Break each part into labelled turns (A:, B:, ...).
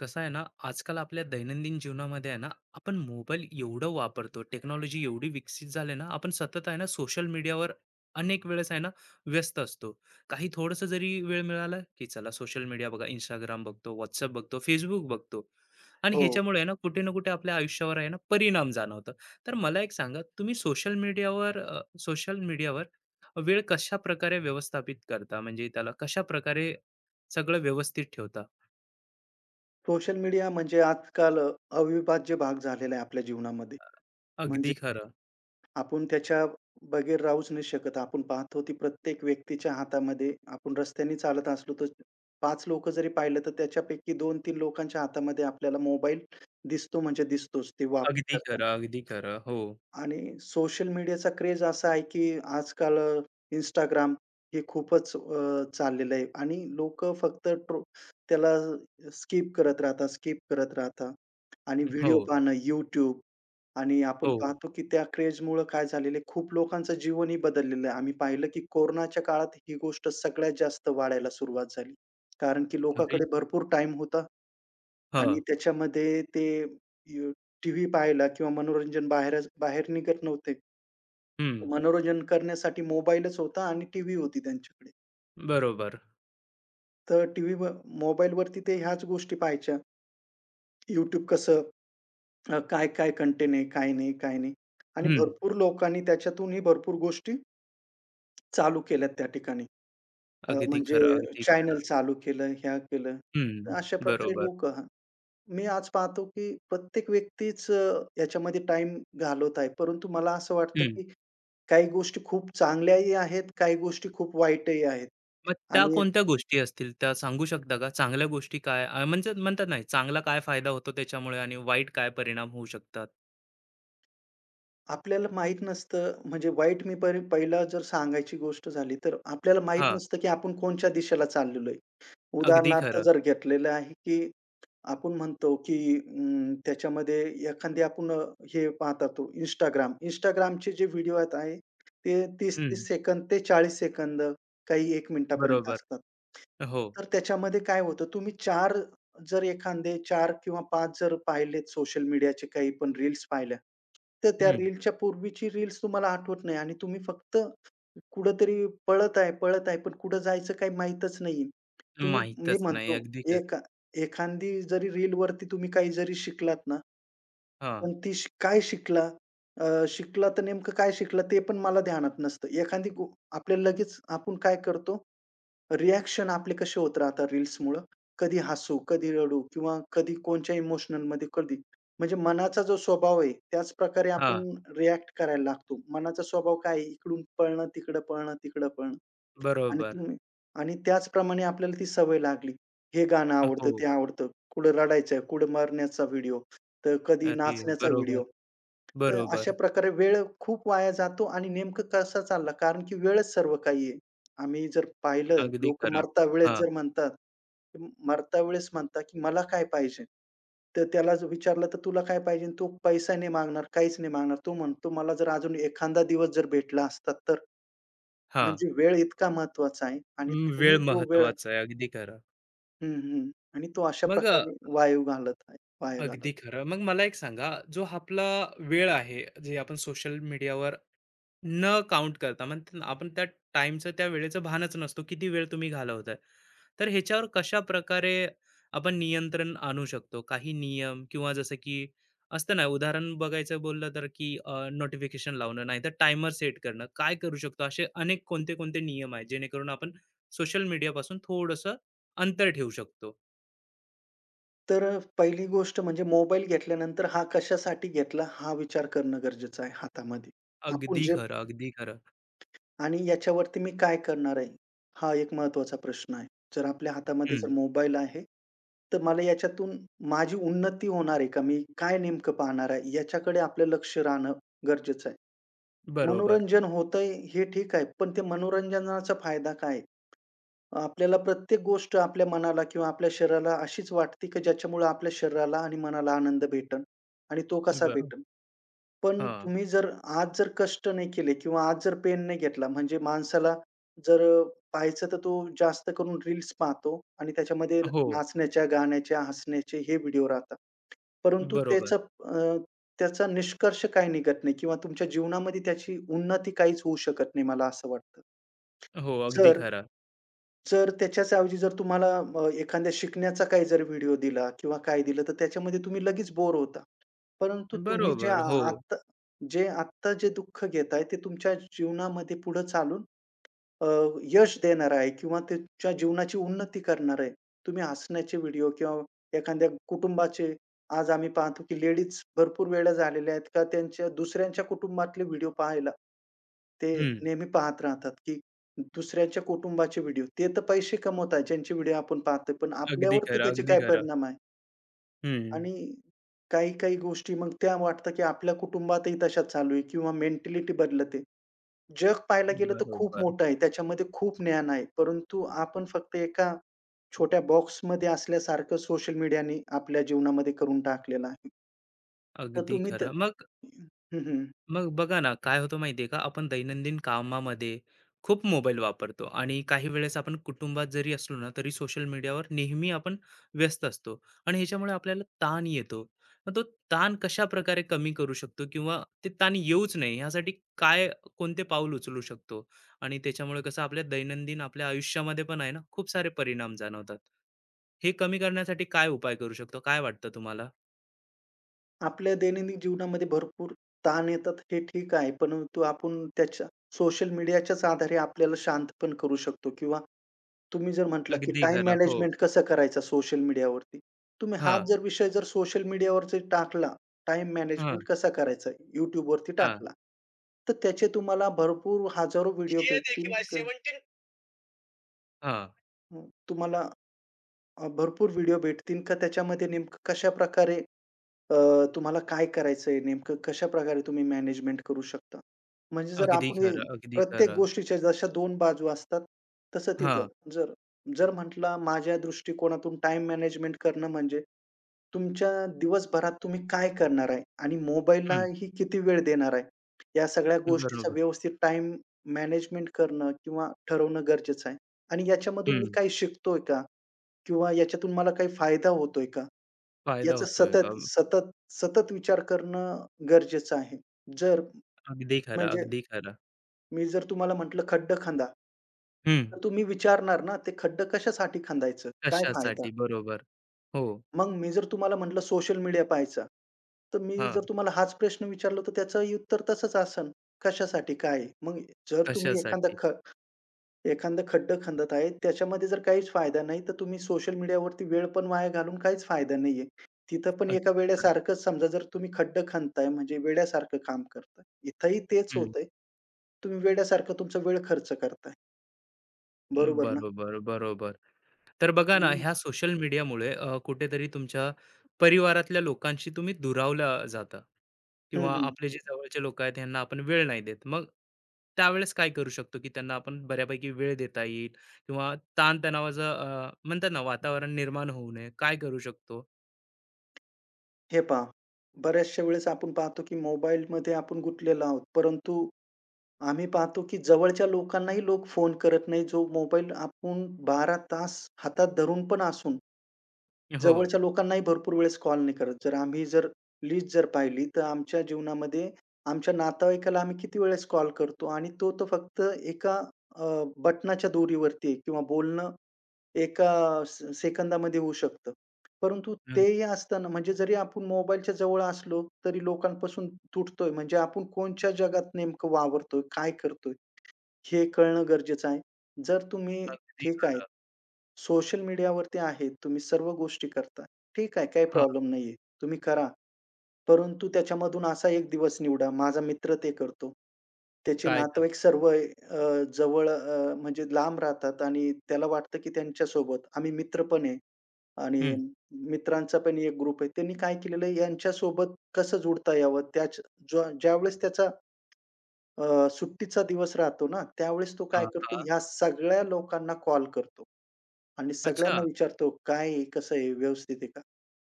A: कसं आहे ना आजकाल आपल्या दैनंदिन जीवनामध्ये आहे ना आपण मोबाईल एवढं वापरतो टेक्नॉलॉजी एवढी विकसित झाली ना आपण सतत आहे ना सोशल मीडियावर अनेक वेळेस आहे ना व्यस्त असतो काही थोडंसं जरी वेळ मिळाला की चला सोशल मीडिया बघा इंस्टाग्राम बघतो व्हॉट्सअप बघतो फेसबुक बघतो आणि
B: हो.
A: ह्याच्यामुळे आहे ना कुठे ना कुठे आपल्या आयुष्यावर आहे ना परिणाम जाणवतं. तर मला एक सांगा, तुम्ही सोशल मीडियावर सोशल मीडियावर वेळ कशा प्रकारे व्यवस्थापित करता, म्हणजे त्याला कशा प्रकारे सगळं व्यवस्थित ठेवता?
B: सोशल मीडिया म्हणजे आजकाल अविभाज्य भाग झालेला आहे आपल्या जीवनामध्ये.
A: अगदी
B: म्हणजे
A: खरं.
B: आपण त्याच्या बगैर राहूच नाही शकत. आपण पाहतो ती प्रत्येक व्यक्तीच्या हातामध्ये आपण रस्त्याने चालत असलो तर पाच लोक जरी पाहिलं तर त्याच्यापैकी 2-3 लोकांच्या हातामध्ये आपल्याला मोबाईल दिसतो म्हणजे दिसतोच ते
A: अगदी
B: वापर.
A: खरं, अगदी खरं. हो,
B: आणि सोशल मीडियाचा क्रेज असा आहे, की आजकाल Instagram हे खूपच चाललेलं आहे आणि लोक फक्त त्याला स्किप करत राहतात, स्किप करत राहतात आणि व्हिडिओ
A: हो,
B: पाहणं YouTube. आणि आपण
A: हो.
B: पाहतो, की त्या क्रेझमुळं काय झालेलं आहे, खूप लोकांचं जीवनही बदललेलं आहे. आम्ही पाहिलं, की कोरोनाच्या काळात ही गोष्ट सगळ्यात जास्त वाढायला सुरुवात झाली. कारण की
A: घरी.
B: लोकांकडे भरपूर टाईम होता. आणि
A: हं,
B: त्याच्यामध्ये ते यू टीव्ही पाहायला किंवा मनोरंजन बाहेरच बाहेर निघत नव्हते.
A: हं.
B: मनोरंजन करण्यासाठी मोबाईलच होता आणि टीव्ही होती त्यांच्याकडे.
A: बरोबर.
B: तर टीव्हीवर मोबाईलवरती ते ह्याच गोष्टी पाहायच्या. YouTube कसं, काय-काय कंटेंट आहे, काय नाही, काय नाही. आणि
A: हं.
B: भरपूर लोकांनी त्याच्यातूनही भरपूर गोष्टी चालू केल्यात त्या ठिकाणी.
A: अगदी
B: म्हणजे
A: खरं, अगदी
B: चॅनल
A: खरं.
B: चालू केलं, ह्या केलं. तर
A: हं,
B: अशा प्रकारे
A: बरोबर.
B: लोकं मी आज पाहतो, की प्रत्येक व्यक्तीच याच्यामध्ये टाइम घालवत आहे. परंतु मला असं वाटतं,
A: हं.
B: की काही गोष्टी खूप चांगल्याही आहेत, काही गोष्टी खूप वाईटही आहेत.
A: मग त्या
B: आणि
A: कोणत्या गोष्टी असतील त्या सांगू शकता का? चांगल्या गोष्टी काय, म्हणजे म्हणतात नाही, चांगला काय फायदा होतो त्याच्यामुळे आणि वाईट काय परिणाम होऊ शकतात?
B: आपल्याला माहीत नसतं म्हणजे वाईट मी परी पहिला जर सांगायची गोष्ट झाली, तर आपल्याला माहीत
A: हां,
B: नसतं, की आपण कोणच्या दिशेला चाललेलो आहे.
A: अगदी
B: उदाहरणार्थ
A: खरं.
B: जर घेतलेलं आहे, की आपण म्हणतो, की त्याच्यामध्ये एखादी आपण हे पाहतो Instagram. Instagramचे जे व्हिडिओ आहे, ते
A: हं,
B: 30-30 सेकंद ते 40 सेकंद, काही 1 मिनिटापर्यंत
A: बरोबर.
B: असतात.
A: हो.
B: तर त्याच्यामध्ये काय होतं, तुम्ही 4 जर एखादे 4 किंवा 5 जर पाहिलेत सोशल मीडियाचे काही पण रील्स पाहिल्या, तर त्या
A: हं.
B: रीलच्या पूर्वीची रील्स तुम्हाला आठवत नाही आणि तुम्ही फक्त कुठेतरी पळत आहे, पळत आहे, पण कुठं जायचं काही माहीतच नाहीये. तुम्ही मी
A: माहीतच नाही.
B: म्हणतो
A: अगदी खरं.
B: एका एखादी जरी रीलवरती तुम्ही काही जरी शिकलात ना,
A: हां,
B: पण ती काय शिकला? शिकला तर नेमकं काय शिकला ते पण मला ध्यानात नसतं. एखादी आपल्याला लगेच आपण काय करतो, रिएक्शन आपले कसे होत राहतात रील्समुळं. कधी हसू, कधी रडू किंवा कधी कोणच्या इमोशनलमध्ये कधी. म्हणजे मनाचा जो स्वभाव आहे, त्याच प्रकारे आपण
A: हां.
B: रिएक्ट करायला लागतो. मनाचा स्वभाव काय आहे? इकडून पळणं, तिकडं पळणं, तिकडं पळणं. आणि
A: बरोबर.
B: तुम्ही आणि त्याचप्रमाणे आपल्याला ती सवय लागली. हे गाणं आवडतं,
A: हो.
B: ते आवडतं. कुठं रडायचं, कुठं मरण्याचा व्हिडिओ, तर कधी
A: अरे,
B: नाचण्याचा
A: बरोबर,
B: व्हिडिओ. तर अशा
A: बरोबर.
B: प्रकारे वेळ खूप वाया जातो आणि नेमकं कसा चालला कारण की वेळच सर्व काही आहे. आम्ही जर पाहिलं
A: अगदी
B: लोकं
A: खरं.
B: मरता वेळेस
A: हां.
B: जर म्हणतात, मरता वेळेस म्हणतात, की "मला काय पाहिजे?" तर त्याला जर विचारलं, तर "तुला काय पाहिजे?" तो पैसा नाही मागणार, काहीच नाही मागणार. तो म्हणतो, "मला जर अजून एखादा दिवस जर भेटला असता तर?"
A: हां,
B: म्हणजे वेळ इतका महत्वाचा आहे आणि
A: हं. वेळ
B: तुम्ही तो वेळ.
A: महत्वाचा आहे. अगदी खरं.
B: हं, हं. आणि तो अशा
A: मग
B: प्रकारे वाया घालत आहे वाया घालत
A: अगदी
B: आहे.
A: खरं. मग मला एक सांगा, जो आपला वेळ आहे, जे आपण सोशल मीडियावर न काउंट करता, म्हणतात ना, आपण त्या टाईमचं, त्या वेळेचं भानच नसतो, किती वेळ तुम्ही घालवताय. तर ह्याच्यावर कशा प्रकारे आपण नियंत्रण आणू शकतो? काही नियम, किंवा जसं की असतं ना, उदाहरण बघायचं बोललं तर, की नोटिफिकेशन लावणं, नाहीतर टायमर सेट करणं. काय करू शकतो? असे अनेक कोणते-कोणते नियम आहेत, जेणेकरून आपण सोशल मीडियापासून थोडंसं अंतर ठेवू शकतो?
B: तर पहिली गोष्ट म्हणजे मोबाईल घेतल्यानंतर हा कशासाठी घेतला हा विचार करणं गरजेचं आहे हातामध्ये. आपण
A: अगदी
B: जे
A: खरं, अगदी खरं.
B: आणि याच्यावरती मी काय करणार आहे? हा एक महत्त्वाचा प्रश्न आहे. जर आपल्या हातामध्ये जर
A: हं,
B: मोबाईल आहे, तर मला याच्यातून माझी उन्नती होणार आहे का? मी काय नेमकं पाहणार आहे? याच्याकडे आपलं लक्ष राहणं गरजेचं आहे.
A: बरोबर.
B: मनोरंजन होतंय हे ठीक आहे. पण ते मनोरंजनाचा फायदा काय? आपल्याला प्रत्येक गोष्ट आपल्या मनाला किंवा आपल्या शरीराला अशीच वाटते, की ज्याच्यामुळे आपल्या शरीराला आणि मनाला आनंद भेटेल आणि तो कसा
A: बरो
B: भेटेल. पण
A: हां.
B: तुम्ही जर आज जर कष्ट नाही केले किंवा आज जर पेन नाही घेतला म्हणजे माणसाला जर पाहायचं तर तो जास्त करून रील्स पाहतो आणि त्याच्यामध्ये
A: हो,
B: नाचण्याच्या, गाण्याच्या, हसण्याचे हे व्हिडिओ राहतात. परंतु
A: बरोबर.
B: त्याचं अ, त्याचा निष्कर्ष काही निघत नाही किंवा तुमच्या जीवनामध्ये त्याची उन्नती काहीच होऊ शकत नाही, मला असं वाटतं.
A: हो, अगदी
B: जर
A: खरं.
B: जर त्याच्याच ऐवजी जर तुम्हाला एखाद्या शिकण्याचा काही जर व्हिडिओ दिला किंवा काय दिलं, तर त्याच्यामध्ये तुम्ही लगेच बोर होता. परंतु तुम्ही जे
A: बरोबर,
B: आ
A: हो.
B: आत्ता जे आत्ता जे दुःख घेताय, ते तुमच्या जीवनामध्ये पुढे चालून अ, यश देणार आहे किंवा त्याच्या जीवनाची उन्नती करणार आहे. तुम्ही हसण्याचे व्हिडिओ किंवा एखाद्या कुटुंबाचे आज आम्ही पाहतो, की लेडीज भरपूर वेळा झालेल्या आहेत का त्यांच्या दुसऱ्यांच्या कुटुंबातले व्हिडिओ पाहायला, ते
A: हं.
B: नेहमी पाहत राहतात, की दुसऱ्यांच्या कुटुंबाचे व्हिडिओ. ते तर पैसे कमवत आहेत ज्यांचे व्हिडिओ आपण पाहतोय, पण
A: अगदी
B: आपल्यावरती
A: खरं,
B: त्याचे
A: अगदी
B: काय
A: खरं.
B: परिणाम आहे?
A: हं,
B: आणि काही-काही गोष्टी मग त्या वाटतं, की आपल्या कुटुंबातही तशा चालू आहे किंवा मेंटॅलिटी बदलते. जग पाहायला गेलं तर खूप
A: बरोबर.
B: मोठं आहे. त्याच्यामध्ये खूप ज्ञान आहे. परंतु आपण फक्त एका छोट्या बॉक्समध्ये असल्यासारखं सोशल मीडियाने आपल्या जीवनामध्ये करून टाकलेलं आहे. तर
A: अगदी
B: तुम्ही त्या
A: खरं. मग
B: हं, हं.
A: मग बघा ना, काय होतं माहिती आहे का, आपण दैनंदिन कामामध्ये खूप मोबाईल वापरतो आणि काही वेळेस आपण कुटुंबात जरी असलो ना, तरी सोशल मीडियावर नेहमी आपण व्यस्त असतो आणि ह्याच्यामुळे आपल्याला ताण येतो. मग तो ताण कशाप्रकारे कमी करू शकतो, किंवा ते ताण येऊच नये ह्यासाठी काय, कोणते पाऊल उचलू शकतो? आणि त्याच्यामुळे कसं आपल्या दैनंदिन आपल्या आयुष्यामध्ये पण आहे ना, खूप सारे परिणाम जाणवतात. हे कमी करण्यासाठी काय उपाय करू शकतो? काय वाटतं तुम्हाला?
B: आपल्या दैनंदिन जीवनामध्ये भरपूर ताण येतात हे ठीक आहे. परंतु आपण त्याच्या सोशल मीडियाच्याच आधारे आपल्याला शांत पण करू शकतो किंवा तुम्ही जर म्हटलं, की
A: अगदी
B: टाईम
A: खरं. हो.
B: मॅनेजमेंट कसं करायचा सोशल मीडियावरती. तुम्ही हाच
A: हां,
B: जर विषय जर सोशल मीडियावर जर टाकला, टाईम मॅनेजमेंट
A: हां,
B: कसा करायचा YouTubeवरती
A: हां.
B: टाकला, तर त्याचे तुम्हाला भरपूर हजारो व्हिडिओ
A: हे
B: भेटतील.
A: देखील आहे 17 हां.
B: तुम्हाला भरपूर व्हिडिओ भेटतील का त्याच्यामध्ये नेमकं कशाप्रकारे अ, तुम्हाला काय करायचंय, नेमकं कशा प्रकारे तुम्ही मॅनेजमेंट करू शकता? म्हणजे जर
A: अगदी
B: आपण हे
A: खरं, अगदी
B: प्रत्येक
A: खरं.
B: गोष्टीच्या जशा 2 बाजू असतात, तसं
A: हां.
B: तिथं जर जर म्हटला माझ्या दृष्टिकोनातून टाईम मॅनेजमेंट करणं म्हणजे तुमच्या दिवसभरात तुम्ही काय करणार आहे आणि
A: हं.
B: मोबाईललाही किती वेळ देणार आहे, या सगळ्या गोष्टीचा
A: बरोबर.
B: व्यवस्थित टाईम मॅनेजमेंट करणं किंवा ठरवणं गरजेचं आहे. आणि याच्यामधून मी
A: हं.
B: काही शिकतोय का? किंवा याच्यातून मला काही फायदा होतोय का?
A: फायदा
B: याचा
A: होतोय.
B: सतत, सतत, सतत विचार करणं गरजेचं आहे. जर
A: अगदी खरं,
B: म्हणजे
A: अगदी खरं.
B: मी जर तुम्हाला म्हटलं खड्डं खंदा,
A: हं.
B: तर तुम्ही विचारणार ना, ते खड्डं कशासाठी खंदायचं? काय फायदा?
A: कशासाठी? बरोबर. हो.
B: मग मी जर तुम्हाला म्हटलं सोशल मीडिया पाहायचा, तर मी जर
A: हां.
B: तुम्हाला हाच प्रश्न विचारला, तर त्याचंही उत्तर तसंच असेल, कशासाठी? काय आहे? मग जर तुम्ही एखादा
A: कशासाठी?
B: ख एखादं खड्डं खणत आहे, त्याच्यामध्ये जर काहीच फायदा नाही, तर तुम्ही सोशल मीडियावरती वेळ पण वाया घालून काहीच फायदा नाहीये. तिथं पण
A: अगदी
B: एका
A: खरं.
B: वेड्यासारखंच समजा जर तुम्ही खड्डं खणताय म्हणजे वेड्यासारखं काम करताय. इथंही तेच
A: हं.
B: होतंय. तुम्ही वेड्यासारखं तुमचा वेळ खर्च करताय. बरोबर ना?
A: बरोबर, बरोबर. तर बघा ना,
B: हं,
A: ह्या सोशल मीडियामुळे कुठेतरी तुमच्या परिवारातल्या लोकांशी तुम्ही दुरावला जाता
B: हं,
A: किंवा
B: हं.
A: आपले जे जवळचे लोक आहेत ह्यांना आपण वेळ नाही देत. मग त्यावेळेस काय करू शकतो, की त्यांना आपण बऱ्यापैकी वेळ देता येईल किंवा ताणतणावाचं, म्हणतात ना, वातावरण निर्माण होऊ नये, काय करू शकतो?
B: हे पहा, बऱ्याचशा वेळेस आपण पाहतो की मोबाईलमध्ये आपण गुंतलेलो आहोत. परंतु आम्ही पाहतो की जवळच्या लोकांनाही लोक फोन करत नाही, जो मोबाईल आपण 12 तास हातात धरून पण असून
A: हो.
B: जवळच्या लोकांनाही भरपूर वेळेस कॉल नाही करत. जर लिस्ट जर पाहिली, तर आमच्या जीवनामध्ये आमच्या नातेवाईकाला आम्ही किती वेळेस कॉल करतो आणि तो तर फक्त एका अ, बटनाच्या दोरीवरती आहे किंवा बोलणं एका सेकंदामध्ये होऊ शकतं. परंतु
A: अगदी,
B: तेही असताना म्हणजे जरी आपण मोबाईलच्या जवळ असलो, तरी लोकांपासून तुटतोय म्हणजे आपण कोणच्या जगात नेमकं वावरतोय, काय करतोय, हे कळणं गरजेचं आहे. जर तुम्ही
A: अगदी
B: ठीक आहे.
A: खरं.
B: सोशल मीडियावरती आहे. तुम्ही सर्व गोष्टी करता. ठीक आहे, काही
A: हां,
B: प्रॉब्लेम नाहीये. तुम्ही करा. परंतु त्याच्यामधून असा एक दिवस निवडा. माझा मित्र ते करतो. त्याचे
A: काय कर
B: नातेवाईक सर्व म्हणजे लांब राहतात आणि त्याला वाटतं, की त्यांच्यासोबत आम्ही मित्र पण आहे आणि
A: हं,
B: मित्रांचा पण एक ग्रुप आहे. त्यांनी काय केलेलं आहे, यांच्यासोबत कसं जुडता यावं, ज्या ज्यावेळेस त्याचा सुट्टीचा दिवस राहतो ना, त्यावेळेस तो काय
A: हां,
B: करतो,
A: हां.
B: ह्या सगळ्या लोकांना कॉल करतो. आणि सगळ्यांना
A: अच्छा.
B: विचारतो, "काय आहे? कसं आहे? व्यवस्थित आहे का?"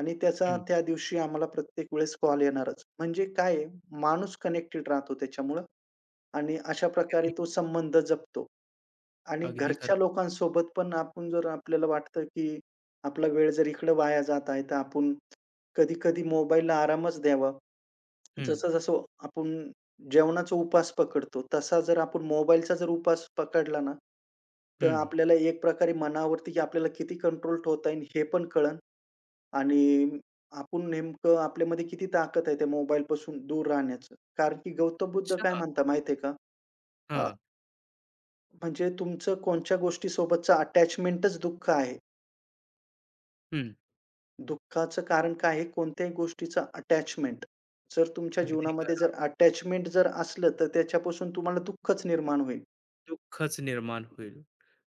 B: आणि त्याचा
A: हं.
B: त्या दिवशी आम्हाला प्रत्येक वेळेस कॉल येणारच. म्हणजे काय आहे, माणूस कनेक्टेड राहतो त्याच्यामुळं आणि अशा प्रकारे
A: अगदी,
B: तो संबंध जपतो. आणि
A: अगदी
B: घरच्या
A: खरं.
B: लोकांसोबत पण आपण जर आपल्याला वाटतं, की आपला वेळ जर इकडं वाया जात आहे, तर आपण कधी-कधी मोबाईलला आरामच द्यावा.
A: हं,
B: जसं-जसं आपण जेवणाचा उपास पकडतो, तसा जर आपण मोबाईलचा जर उपास पकडला ना, तर
A: हं.
B: आपल्याला एक प्रकारे मनावरती की आपल्याला किती कंट्रोल ठेवता येईल हे पण कळेल आणि आपण नेमकं आपल्यामध्ये किती ताकद आहे त्या मोबाईलपासून दूर राहण्याचं. कारण की गौतम बुद्ध
A: अच्छा.
B: काय म्हणता माहिती का? अ,
A: हां.
B: म्हणजे तुमचं कोणत्या गोष्टीसोबतचं अटॅचमेंटच दुःख आहे.
A: हं.
B: दुःखाचं कारण काय आहे? कोणत्याही गोष्टीचं अटॅचमेंट. जर तुमच्या
A: अगदी
B: जीवनामध्ये
A: खरं.
B: जर अटॅचमेंट जर असलं, तर त्याच्यापासून तुम्हाला दुःखच निर्माण होईल.
A: दुःखच निर्माण होईल.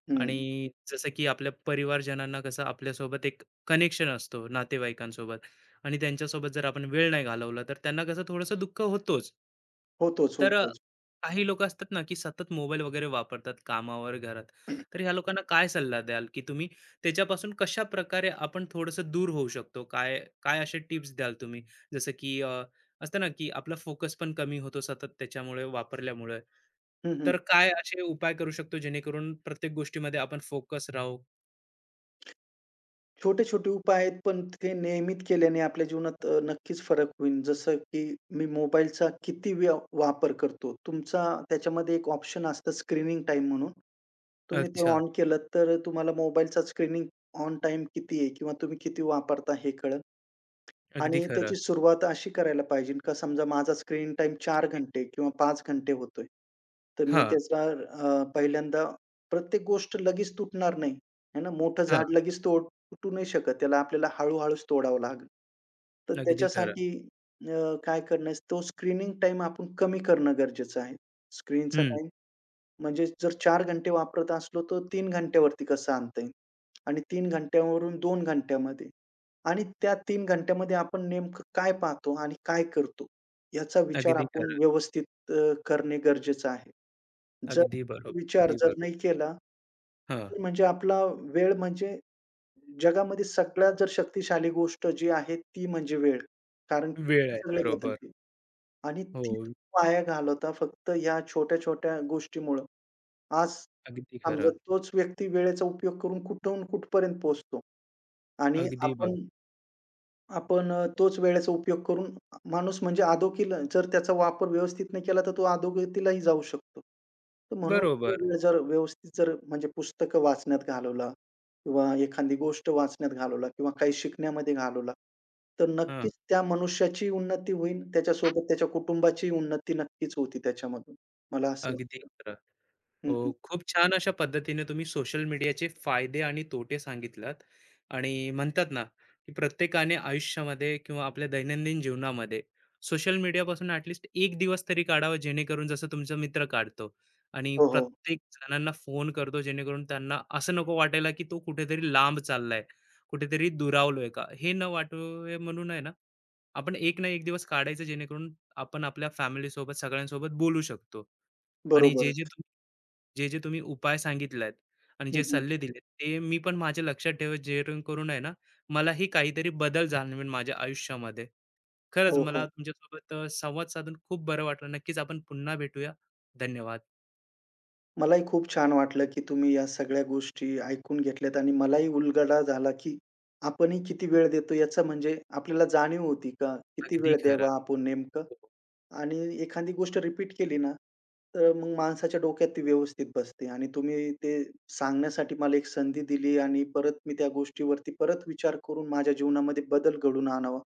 B: हं.
A: आणि जसं की आपल्या परिवारजनांना कसं आपल्यासोबत एक कनेक्शन असतो नातेवाईकांसोबत आणि त्यांच्यासोबत जर आपण वेळ नाही घालवला, तर त्यांना कसं थोडंसं दुःख होतोच.
B: होतोच,
A: तर
B: होतोच.
A: काही लोकं असतात ना, की सतत मोबाईल वगैरे वापरतात कामावर, घरात. तर ह्या लोकांना काय सल्ला द्याल, की तुम्ही त्याच्यापासून कशाप्रकारे आपण थोडंसं दूर होऊ शकतो? काय काय असे टिप्स द्याल तुम्ही? जसं की असतं ना, की आपला फोकस पण कमी होतो, सतत त्याच्यामुळे वापरल्यामुळे.
B: हं, हं.
A: तर काय असे उपाय करू शकतो जेणेकरून प्रत्येक गोष्टीमध्ये आपण फोकस राहू?
B: छोटे-छोटे उपाय आहेत, पण ते नियमित केल्याने आपल्या जीवनात नक्कीच फरक होईल. जसं की मी मोबाईलचा किती वापर करतो. त्याच्यामध्ये एक ऑप्शन असतं स्क्रीनिंग टाईम म्हणून. तुम्ही ते
A: अच्छा.
B: ऑन केलं, तर तुम्हाला मोबाईलचा स्क्रीनिंग ऑन टाईम किती आहे किंवा तुम्ही किती वापरता हे कळेल.
A: अगदी
B: आणि
A: खरं.
B: त्याची सुरुवात अशी करायला पाहिजे का समजा माझा स्क्रीन टाइम 4 घंटे किंवा 5 घंटे होतोय. तर मी
A: हां,
B: त्याचा पहिल्यांदा प्रत्येक गोष्ट लगेच तुटणार नाही. आहे ना. मोठं
A: हां.
B: झाड लगेच तुटू नाही शकत. त्याला आपल्याला हळू-हळूच तोडावं लागेल. तर
A: अगदी खरं.
B: त्याच्यासाठी काय करणं, तो स्क्रीनिंग टाईम आपण कमी करणं गरजेचं आहे. स्क्रीनचा
A: हं.
B: म्हणजे जर 4 घंटे वापरत असलो, तर 3 घंट्यावरती कसं आणता येईल? आणि 3 घंट्यावरून 2 घंट्यामध्ये आणि त्या 3 घंट्यामध्ये आपण नेमकं काय पाहतो आणि काय करतो? याचा विचार
A: अगदी
B: आपण
A: खरं.
B: व्यवस्थित करणे गरजेचं आहे. जर
A: अगदी बरोबर.
B: विचार
A: अगदी
B: जर
A: बरोबर.
B: नाही केला,
A: हां.
B: तर म्हणजे आपला वेळ म्हणजे जगामध्ये सगळ्यात जर शक्तिशाली गोष्ट जी आहे ती म्हणजे वेळ. कारण की
A: वेळ
B: ती
A: आहे.
B: सगळे
A: बरोबर.
B: बदलते आणि ती
A: हो.
B: तुम्ही वाया घालवता फक्त ह्या छोट्या-छोट्या गोष्टीमुळं. आज
A: अगदी
B: समजा
A: खरं.
B: तोच व्यक्ती वेळेचा उपयोग करून कुठून कुठपर्यंत पोहोचतो आणि
A: अगदी ब
B: आपण आपण तोच वेळेचा उपयोग करून माणूस म्हणजे अधोगतीला जर त्याचा वापर व्यवस्थित नाही केला, तर तो अधोगतीलाही जाऊ शकतो. तर म्हणून तो
A: बरोबर.
B: वेळ जर व्यवस्थित जर म्हणजे पुस्तकं वाचण्यात घालवला किंवा एखादी गोष्ट वाचण्यात घालवला किंवा काही शिकण्यामध्ये घालवला, तर
A: हां.
B: नक्कीच त्या मनुष्याची उन्नती होईल. त्याच्यासोबत त्याच्या कुटुंबाची उन्नती नक्कीच होती त्याच्यामधून. मला असं
A: अगदी
B: वाटतं.
A: खरं.
B: हं,
A: हो,
B: हं.
A: खूप छान अशा पद्धतीने तुम्ही सोशल मीडियाचे फायदे आणि तोटे सांगितलात आणि म्हणतात ना, की प्रत्येकाने आयुष्यामध्ये किंवा आपल्या दैनंदिन जीवनामध्ये सोशल मीडियापासून ॲटलिस्ट एक दिवस तरी काढावा, जेणेकरून जसं तुमचा मित्र काढतो आणि
B: हो, हो.
A: प्रत्येक जणांना फोन करतो, जेणेकरून त्यांना असं नको वाटायला की तो कुठेतरी लांब चाललाय, कुठेतरी दुरावलोय का, हे न वाटू म्हणून आहे ना, आपण एक ना एक दिवस काढायचं, जेणेकरून आपण आपल्या फॅमिली सोबत, सगळ्यांसोबत बोलू शकतो. आणि जे जे
B: बरोबरच.
A: जे, जे तुम्ही उपाय सांगितलात आणि जे
B: हं, हं.
A: सल्ले दिलेत, ते मी पण माझ्या लक्षात ठेवेल, जेणेकरून आहे ना, मलाही काहीतरी बदल जाणवेल माझ्या आयुष्यामध्ये. खरंच
B: हो,
A: मला
B: हो.
A: तुमच्यासोबत संवाद साधून खूप बरं वाटलं. नक्कीच आपण पुन्हा भेटूया. धन्यवाद.
B: मलाही खूप छान वाटलं, की तुम्ही या सगळ्या गोष्टी ऐकून घेतल्यात आणि मलाही उलगडा झाला, की आपणही किती वेळ देतो याचा म्हणजे आपल्याला जाणीव होती का किती
A: अगदी
B: वेळ
A: खरं.
B: द्यावा आपण नेमकं
A: हो,
B: आणि एखादी गोष्ट रिपीट केली ना, तर मग माणसाच्या डोक्यात ती व्यवस्थित बसते आणि तुम्ही ते सांगण्यासाठी मला एक संधी दिली आणि परत मी त्या गोष्टीवरती परत विचार करून माझ्या जीवनामध्ये बदल घडवून आणावा,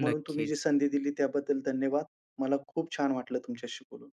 B: म्हणून तुम्ही जी
A: नक्कीच.
B: संधी दिली त्याबद्दल धन्यवाद. मला खूप छान वाटलं तुमच्याशी बोलून.